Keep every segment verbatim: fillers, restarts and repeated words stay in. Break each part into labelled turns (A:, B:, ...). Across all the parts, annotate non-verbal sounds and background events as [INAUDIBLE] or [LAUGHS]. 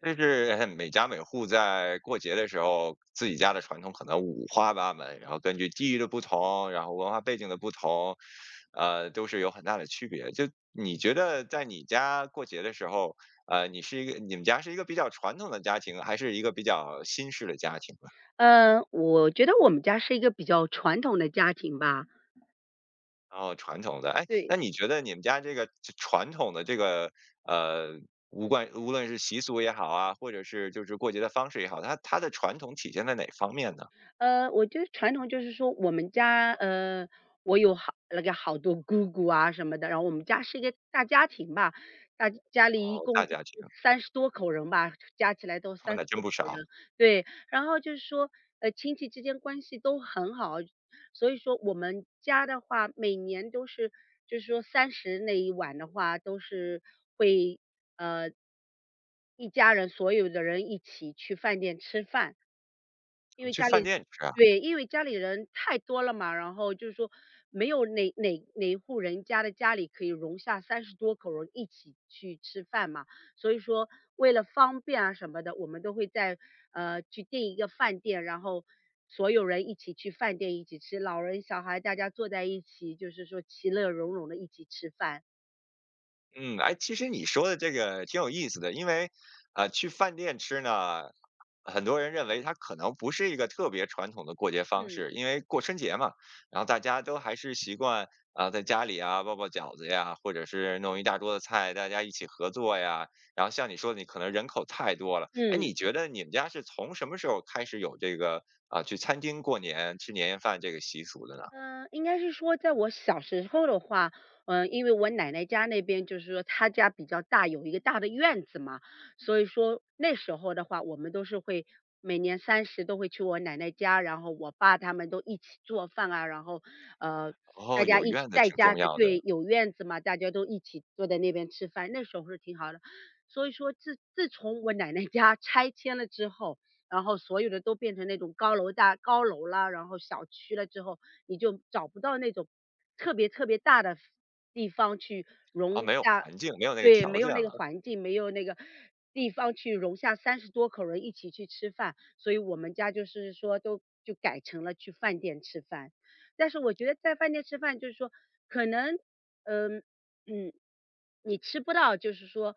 A: 就是每家每户在过节的时候，自己家的传统可能五花八门，然后根据地域的不同，然后文化背景的不同，呃，都是有很大的区别。就你觉得在你家过节的时候，呃，你是一个你们家是一个比较传统的家庭，还是一个比较新式的家庭呢？
B: 嗯，我觉得我们家是一个比较传统的家庭吧，
A: 然后传统的，哎，那
B: 对，
A: 你觉得你们家这个传统的这个呃，无关无论是习俗也好啊，或者是就是过节的方式也好，它它的传统体现在哪方面呢？
B: 呃，我觉得传统就是说我们家，呃，我有好那个好多姑姑啊什么的，然后我们家是一个大家庭吧，大家里一
A: 哦，大
B: 共就
A: 家庭。
B: 三十多口人吧，加起来都
A: 哦，
B: 三
A: 那
B: 十
A: 真
B: 多
A: 不
B: 口
A: 少。
B: 人，对。然后就是说，呃，亲戚之间关系都很好，所以说我们家的话，每年都是，就是说三十那一晚的话，都是会，呃，一家人所有的人一起去饭店吃饭。因
A: 哦，
B: 为
A: 去
B: 家
A: 饭
B: 里
A: 店吃啊。
B: 对，因为家里人太多了嘛，然后就是说没有哪哪哪户人家的家里可以容下三十多口人一起去吃饭嘛，所以说为了方便啊什么的，我们都会在呃去订一个饭店，然后所有人一起去饭店一起吃，老人小孩大家坐在一起，就是说其乐融融的一起吃饭。
A: 嗯，哎，其实你说的这个挺有意思的，因为，呃，去饭店吃呢，很多人认为它可能不是一个特别传统的过节方
B: 嗯。
A: 式，因为过春节嘛，然后大家都还是习惯啊、在家里啊包包饺子呀，或者是弄一大桌子菜，大家一起合作呀。然后像你说的，你可能人口太多了，哎，
B: 嗯。
A: 你觉得你们家是从什么时候开始有这个啊、去餐厅过年吃年夜饭这个习俗的呢？
B: 嗯，应该是说在我小时候的话，嗯，因为我奶奶家那边就是说她家比较大，有一个大的院子嘛，所以说那时候的话，我们都是会每年三十都会去我奶奶家，然后我爸他们都一起做饭啊，然后呃，
A: 哦，
B: 大家
A: 有
B: 一
A: 院
B: 起
A: 子
B: 在
A: 挺
B: 家
A: 重
B: 就
A: 要的。
B: 对，有院子嘛，大家都一起坐在那边吃饭，那时候是挺好的。所以说自自从我奶奶家拆迁了之后，然后所有的都变成那种高楼大高楼啦，然后小区了之后，你就找不到那种特别特别大的地方去
A: 哦，
B: 容
A: 没有
B: 下
A: 环境，没有那个
B: 对，
A: 条
B: 没有
A: 件
B: 那个
A: 了。
B: 环境，没有那个地方去容下三十多口人一起去吃饭，所以我们家就是说都就改成了去饭店吃饭。但是我觉得在饭店吃饭就是说可能，嗯，嗯，你吃不到就是说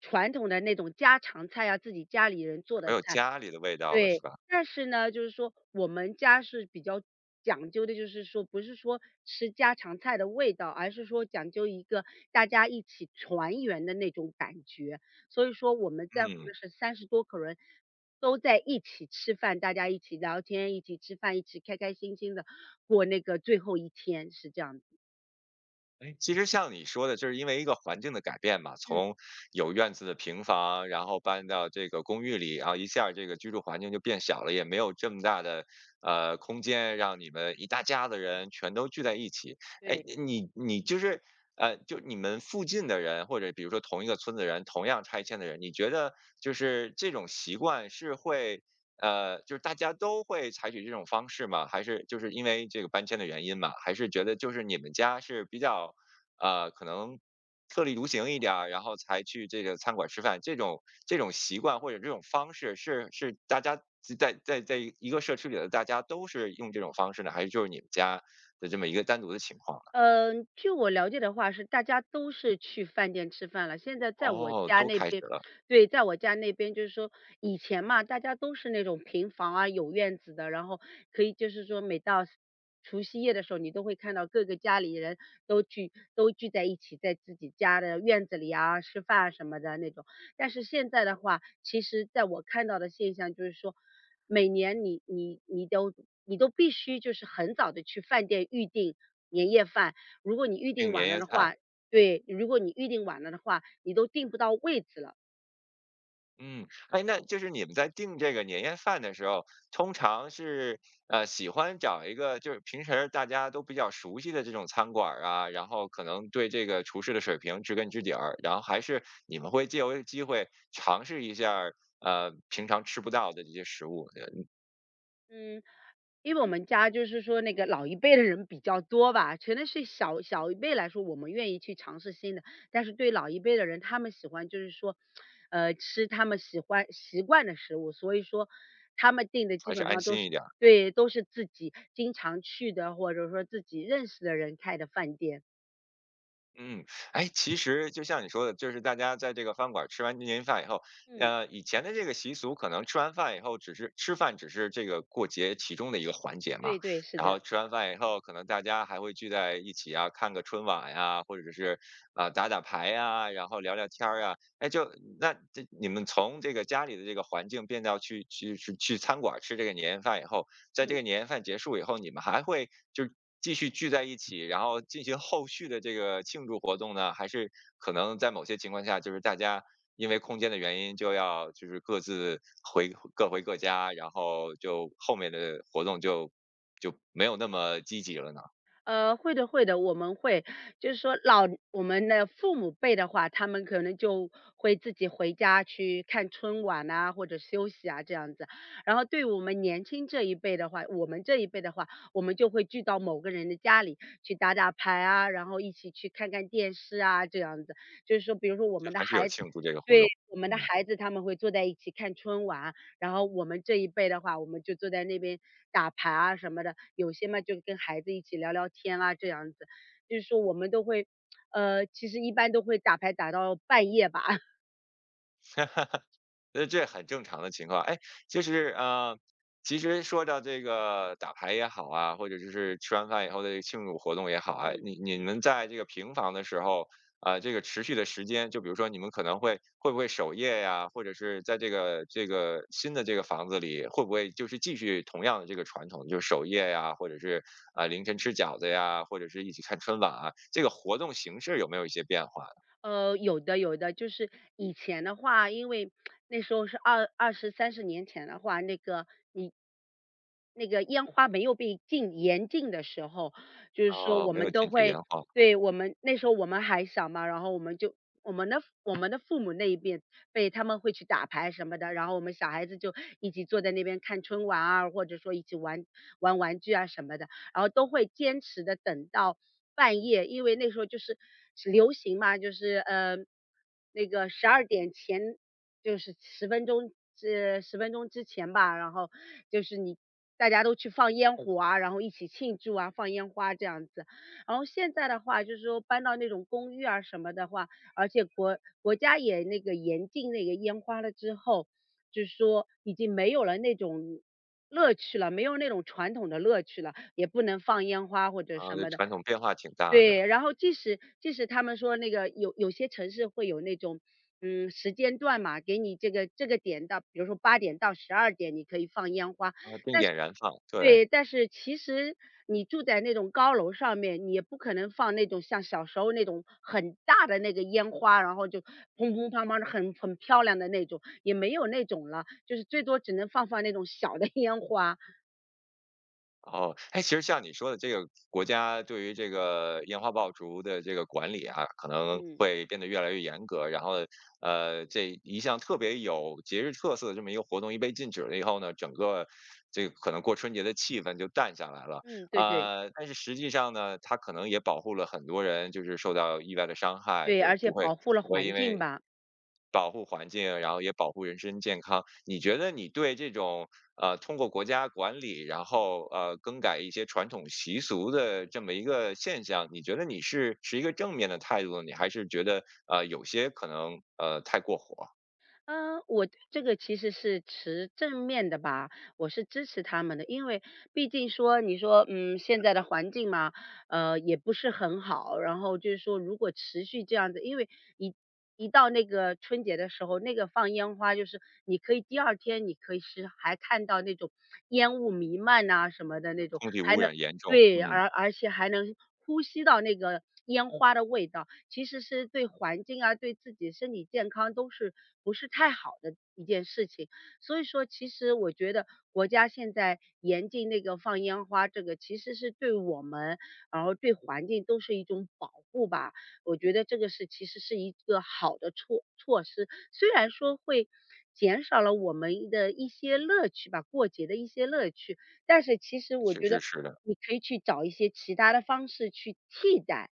B: 传统的那种家常菜啊，自己家里人做
A: 没
B: 的
A: 有
B: 菜，
A: 家里的味道了，是
B: 对，
A: 吧？
B: 但是呢，就是说我们家是比较讲究的，就是说不是说吃家常菜的味道，而是说讲究一个大家一起团圆的那种感觉。所以说我们在乎
A: 嗯，
B: 的是三十多口人都在一起吃饭，大家一起聊天，一起吃饭，一起开开心心的过那个最后一天，是这样子。
A: 哎，其实像你说的，就是因为一个环境的改变嘛，
B: 嗯，
A: 从有院子的平房，然后搬到这个公寓里，然后一下儿这个居住环境就变小了，也没有这么大的，呃，空间让你们一大家子人全都聚在一起。哎，
B: 对。
A: 你你就是，呃，就你们附近的人，或者比如说同一个村子人，同样拆迁的人，你觉得就是这种习惯是会，呃，就是大家都会采取这种方式吗？还是就是因为这个搬迁的原因嘛？还是觉得就是你们家是比较，呃，可能特立独行一点儿，然后才去这个餐馆吃饭，这种这种习惯或者这种方式是是大家在在在在一个社区里的大家都是用这种方式呢，还是就是你们家的这么一个单独的情况呢？
B: 嗯，据我了解的话是大家都是去饭店吃饭了。现在在我
A: 哦，
B: 家
A: 都
B: 那
A: 开始
B: 边
A: 了。
B: 对，在我家那边就是说以前嘛，大家都是那种平房啊，有院子的，然后可以就是说每到除夕夜的时候，你都会看到各个家里人都聚都聚在一起，在自己家的院子里啊，吃饭啊什么的那种。但是现在的话，其实在我看到的现象就是说每年你你你都你都必须就是很早的去饭店预定年夜饭，如果你预
A: 订
B: 定晚
A: 年
B: 了
A: 夜
B: 的
A: 菜。
B: 话对，如果你预定晚了的话，你都订不到位置了。
A: 嗯，哎，那就是你们在订这个年夜饭的时候，通常是呃喜欢找一个就是平时大家都比较熟悉的这种餐馆儿啊，然后可能对这个厨师的水平知根知底儿，然后还是你们会借由机会尝试一下儿呃平常吃不到的这些食物，呃
B: 嗯。因为我们家就是说那个老一辈的人比较多吧，可能是小小一辈来说，我们愿意去尝试新的，但是对老一辈的人，他们喜欢就是说，呃，吃他们喜欢习惯的食物，所以说他们订的基
A: 还是
B: 本
A: 安
B: 上都
A: 心
B: 是
A: 一点。
B: 对，都是自己经常去的，或者说自己认识的人开的饭店。
A: 嗯，哎，其实就像你说的，就是大家在这个饭馆儿吃完年夜饭以后，
B: 嗯，
A: 呃，以前的这个习俗可能吃完饭以后只是吃饭，只是这个过节其中的一个环节嘛。
B: 对对，是
A: 然
B: 的。
A: 后吃完饭以后，可能大家还会聚在一起啊，看个春晚呀、或者是啊、打打牌呀、然后聊聊天儿啊。哎，就那这你们从这个家里的这个环境变到去去去去餐馆儿吃这个年夜饭以后，在这
B: 嗯。
A: 个年夜饭结束以后，你们还会就继续聚在一起，然后进行后续的这个庆祝活动呢？还是可能在某些情况下，就是大家因为空间的原因，就要就是各自回各回各家，然后就后面的活动就就没有那么积极了呢？
B: 呃，会的会的，我们会，就是说老我们的父母辈的话，他们可能就会自己回家去看春晚呐，或者休息啊这样子。然后对我们年轻这一辈的话，我们这一辈的话，我们就会聚到某个人的家里去打打牌啊，然后一起去看看电视啊这样子。就是说，比如说我
A: 就
B: 们的
A: 还是有
B: 孩
A: 庆祝这个活
B: 对，
A: 动。
B: 我们的
A: 嗯。
B: 孩子他们会坐在一起看春晚，然后我们这一辈的话，我们就坐在那边打牌啊什么的，有些嘛就跟孩子一起聊聊天啊这样子，就是说我们都会，呃，其实一般都会打牌打到半夜吧，[LAUGHS]
A: 那这很正常的情况。哎，就是呃，其实说到这个打牌也好啊，或者就是吃完饭以后的这个庆祝活动也好啊，
B: 嗯，
A: 你你们在这个平房的时候，啊、这个持续的时间，就比如说你们可能会会不会守夜呀、或者是在这个这个新的这个房子里，会不会就是继续同样的这个传统，就是守夜呀、或者是啊、凌晨吃饺子呀，或者是一起看春晚啊，这个活动形式有没有一些变化呢？
B: 呃，有的有的，就是以前的话，因为那时候是二二十三十年前的话，那个你那个烟花没有被禁严禁的时候，就是说
A: 哦，
B: 我
A: 没有
B: 们都
A: 禁止烟
B: 会
A: 花
B: 对，我们那时候我们还小嘛，然后我们就我们的我们的父母那一边被他们会去打牌什么的，然后我们小孩子就一起坐在那边看春晚啊，或者说一起玩玩玩具啊什么的，然后都会坚持的等到半夜，因为那时候就是流行嘛，就是呃那个十二点前就是十分钟之十分钟之前吧，然后就是你大家都去放烟火啊，然后一起庆祝啊，放烟花这样子。然后现在的话，就是说搬到那种公寓啊什么的话，而且国国家也那个严禁那个烟花了之后，就是说已经没有了那种乐趣了，没有那种传统的乐趣了，也不能放烟花或者
A: 啊。
B: 什
A: 这
B: 么的。
A: 传统变化挺大的。
B: 对，然后即使即使他们说那个有有些城市会有那种，嗯，时间段嘛，给你这个这个点到，比如说八点到十二点你可以放烟花，
A: 啊，定
B: 但是
A: 点燃放，对。
B: 对，但是其实你住在那种高楼上面，你也不可能放那种像小时候那种很大的那个烟花，然后就砰砰砰砰的很很漂亮的那种，也没有那种了，就是最多只能放放那种小的 [LAUGHS] 烟花。
A: 然后，哎，其实像你说的这个国家对于这个烟花爆竹的这个管理啊，可能
B: 嗯
A: 会变得越来越严格。然后，呃，这一项特别有节日特色的这么一个活动，一被禁止了以后呢，整个这个可能过春节的气氛就淡下来了。
B: 嗯，对对
A: 呃，但是实际上呢，它可能也保护了很多人，就是受到意外的伤害，
B: 对，
A: 就
B: 而且
A: 不会。
B: 保护了
A: 不会
B: 环
A: 因
B: 境
A: 为
B: 吧。
A: 保护环境，然后也保护人身健康。你觉得你对这种呃通过国家管理，然后呃更改一些传统习俗的这么一个现象，你觉得你是持一个正面的态度呢，你还是觉得呃有些可能呃太过火。
B: 嗯，我这个其实是持正面的吧，我是支持他们的，因为毕竟说你说，嗯，现在的环境嘛，呃，也不是很好，然后就是说如果持续这样子，因为一一到那个春节的时候，那个放烟花就是你可以第二天你可以是还看到那种烟雾弥漫呐、什么的那种，
A: 空气
B: 还
A: 污
B: 能
A: 染严重？
B: 对，
A: 嗯，
B: 而而且还能呼吸到那个烟花的味道。其实是对环境啊，对自己身体健康都是不是太好的一件事情。所以说，其实我觉得国家现在严禁那个放烟花，这个其实是对我们，然后对环境都是一种保护吧。我觉得这个是其实是一个好的措措施，虽然说会减少了我们的一些乐趣吧，过节的一些乐趣，但是其实我
A: 确
B: 觉
A: 实
B: 得
A: 是的。
B: 你可以去找一些其他的方式去替代。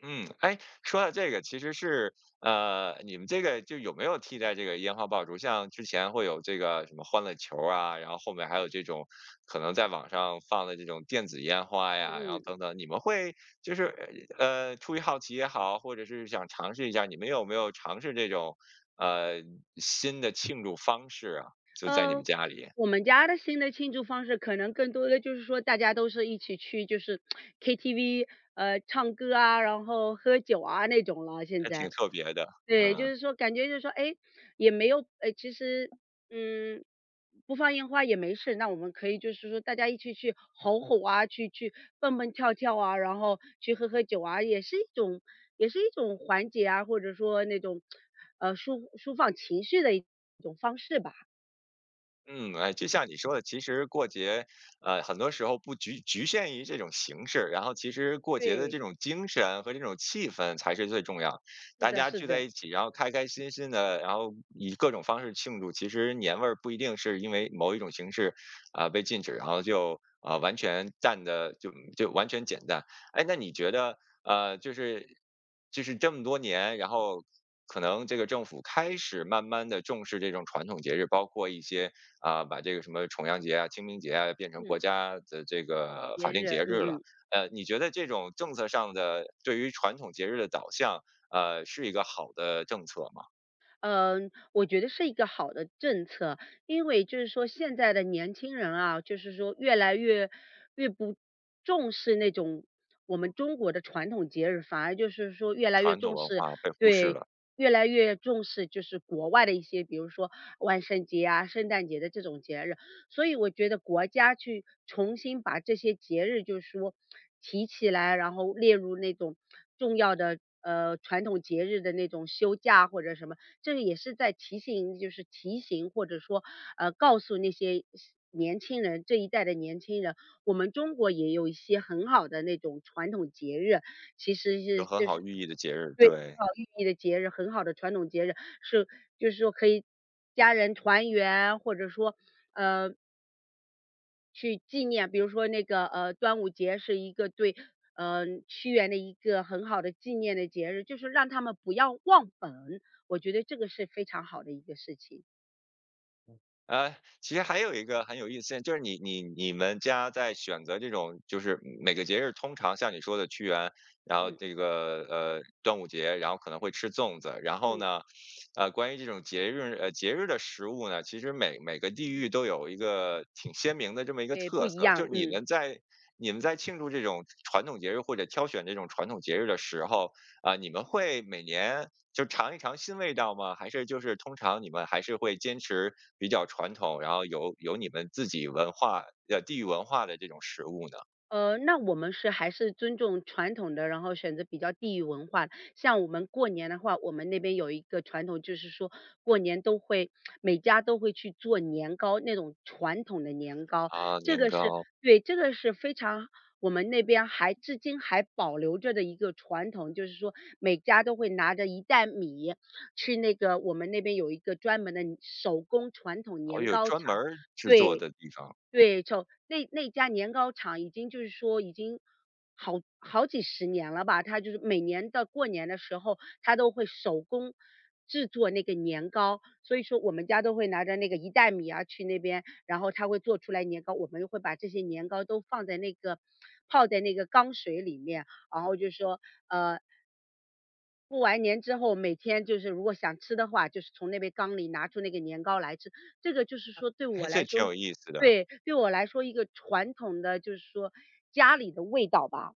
A: 嗯，哎，说到这个，其实是呃，你们这个就有没有替代这个烟花爆竹？像之前会有这个什么欢乐球儿啊，然后后面还有这种可能在网上放的这种电子烟花
B: 嗯
A: 呀，然后
B: 嗯。
A: 等等，你们会就是呃，出于好奇也好，或者是想尝试一下，你们有没有尝试这种呃新的庆祝方式啊？就在你们
B: 呃，
A: 家里。
B: 我们家的新的庆祝方式可能更多的就是说，大家都是一起去就是 K T V，呃，唱歌啊，然后喝酒啊那种了，现
A: 还挺
B: 在。
A: 特别的。
B: 对，就
A: 嗯。
B: 是说感觉就是说，哎，也没有，哎，其实，嗯，不放烟花也没事，那我们可以就是说大家一起去吼吼啊，去去蹦蹦跳跳啊，然后去喝喝酒啊，也是一种也是一种缓解啊，或者说那种，呃，舒抒放情绪的一种方式吧，
A: 嗯，哎，就像你说的，其实过节，呃，很多时候不局局限于这种形式，然后其实过节的这
B: 对。
A: 种精神和这种气氛才是最重要。
B: 是
A: 大
B: 的
A: 家
B: 是
A: 聚在
B: 的，
A: 一起，然后开开心心的，然后以各种方式庆祝，其实年味儿不一定是因为某一种形式啊、被禁止，然后就啊、完全淡的就就完全减淡。哎，那你觉得呃，就是就是这么多年，然后可能这个政府开始慢慢的重视这种传统节日，包括一些啊、把这个什么重阳节啊、清明节啊变成国
B: 嗯，
A: 家的这个法
B: 炎
A: 定
B: 热，
A: 节日
B: 嗯
A: 了。
B: 嗯。
A: 呃，你觉得这种政策上的对于传统节日的导向，呃，是一个好的政策吗？
B: 嗯，我觉得是一个好的政策，因为就是说现在的年轻人啊，就是说越来越越不重视那种我们中国的传统节日，反而就是说越来越
A: 传统
B: 重
A: 文
B: 视
A: 化被忽视
B: 对，
A: 了。
B: 越来越重视就是国外的一些，比如说万圣节啊、圣诞节的这种节日，所以我觉得国家去重新把这些节日就是说提起来，然后列入那种重要的。呃，传统节日的那种休假或者什么，这个也是在提醒就是提醒或者说，呃，告诉那些年轻人这一代的年轻人，我们中国也有一些很好的那种传统节日，其实
A: 有
B: 是
A: 很
B: 就
A: 好
B: 是
A: 寓意的节日，
B: 对，
A: 对。
B: 很好寓意的节日，很好的传统节日，是就是说可以家人团圆，或者说，呃，去纪念，比如说那个呃端午节是一个对呃屈原的一个很好的纪念的节日，就是让他们不要忘本，我觉得这个是非常好的一个事情。
A: 呃，其实还有一个很有意思，就是你你你们家在选择这种，就是每个节日，通常像你说的屈原，然后
B: 嗯
A: 这个呃端午节，然后可能会吃粽子，然后
B: 嗯，
A: 呢，呃，关于这种节日呃节日的食物呢，其实每每个地域都有一个挺鲜明的这么一个
B: 对，不
A: 特
B: 一
A: 色，就
B: 样，
A: 是你
B: 嗯。
A: 们在你们在庆祝这种传统节日或者挑选这种传统节日的时候，啊、你们会每年就尝一尝新味道吗？还是就是通常你们还是会坚持比较传统，然后有有你们自己文化呃地域文化的这种食物呢？
B: 呃，那我们是还是尊重传统的，然后选择比较地域文化。像我们过年的话，我们那边有一个传统，就是说过年都会每家都会去做年糕，那种传统的年糕，
A: 啊，
B: 这
A: 年
B: 个是
A: 糕。
B: 对，这个是非常我们那边还至今还保留着的一个传统，就是说每家都会拿着一袋米去那个我们那边有一个专门的手工传统
A: 哦，
B: 年
A: 有
B: 糕
A: 专门
B: 厂，
A: 儿制作
B: 对。
A: 的地方。
B: 对，就那那家年糕厂已经就是说已经好好几十年了吧，它就是每年的过年的时候，它都会手工制作那个年糕，所以说我们家都会拿着那个一袋米啊去那边，然后他会做出来年糕，我们又会把这些年糕都放在那个泡在那个缸水里面，然后就说呃过完年之后，每天就是如果想吃的话，就是从那杯缸里拿出那个年糕来吃。这个就是说对
A: 哎，
B: 我
A: 这
B: 来说
A: 挺有意思的
B: 对，对我来说一个传统的就是说家里的味道吧。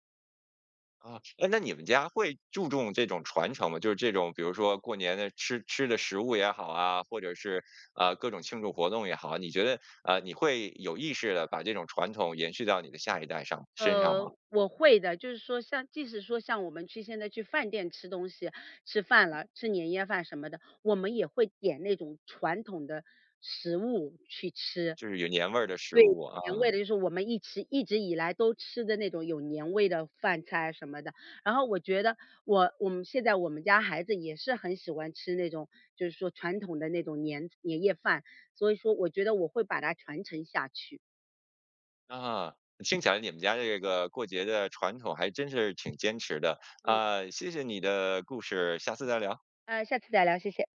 A: 啊。哎，那你们家会注重这种传承吗？就是这种，比如说过年的吃吃的食物也好啊，或者是呃各种庆祝活动也好，你觉得呃你会有意识的把这种传统延续到你的下一代上身上吗？
B: 呃，我会的，就是说像即使说像我们去现在去饭店吃东西，吃饭了，吃年夜饭什么的，我们也会点那种传统的食物去吃。
A: 就是有年味儿的食
B: 对，
A: 物啊。
B: 年味的，就是我们一直一直以来都吃的那种有年味的饭菜什么的。然后我觉得我我们现在我们家孩子也是很喜欢吃那种，就是说传统的那种年年夜饭，所以说我觉得我会把它传承下去。
A: 啊，听起来你们家这个过节的传统还真是挺坚持的。
B: 嗯，
A: 啊，谢谢你的故事，下次再聊。
B: 呃，下次再聊，谢谢。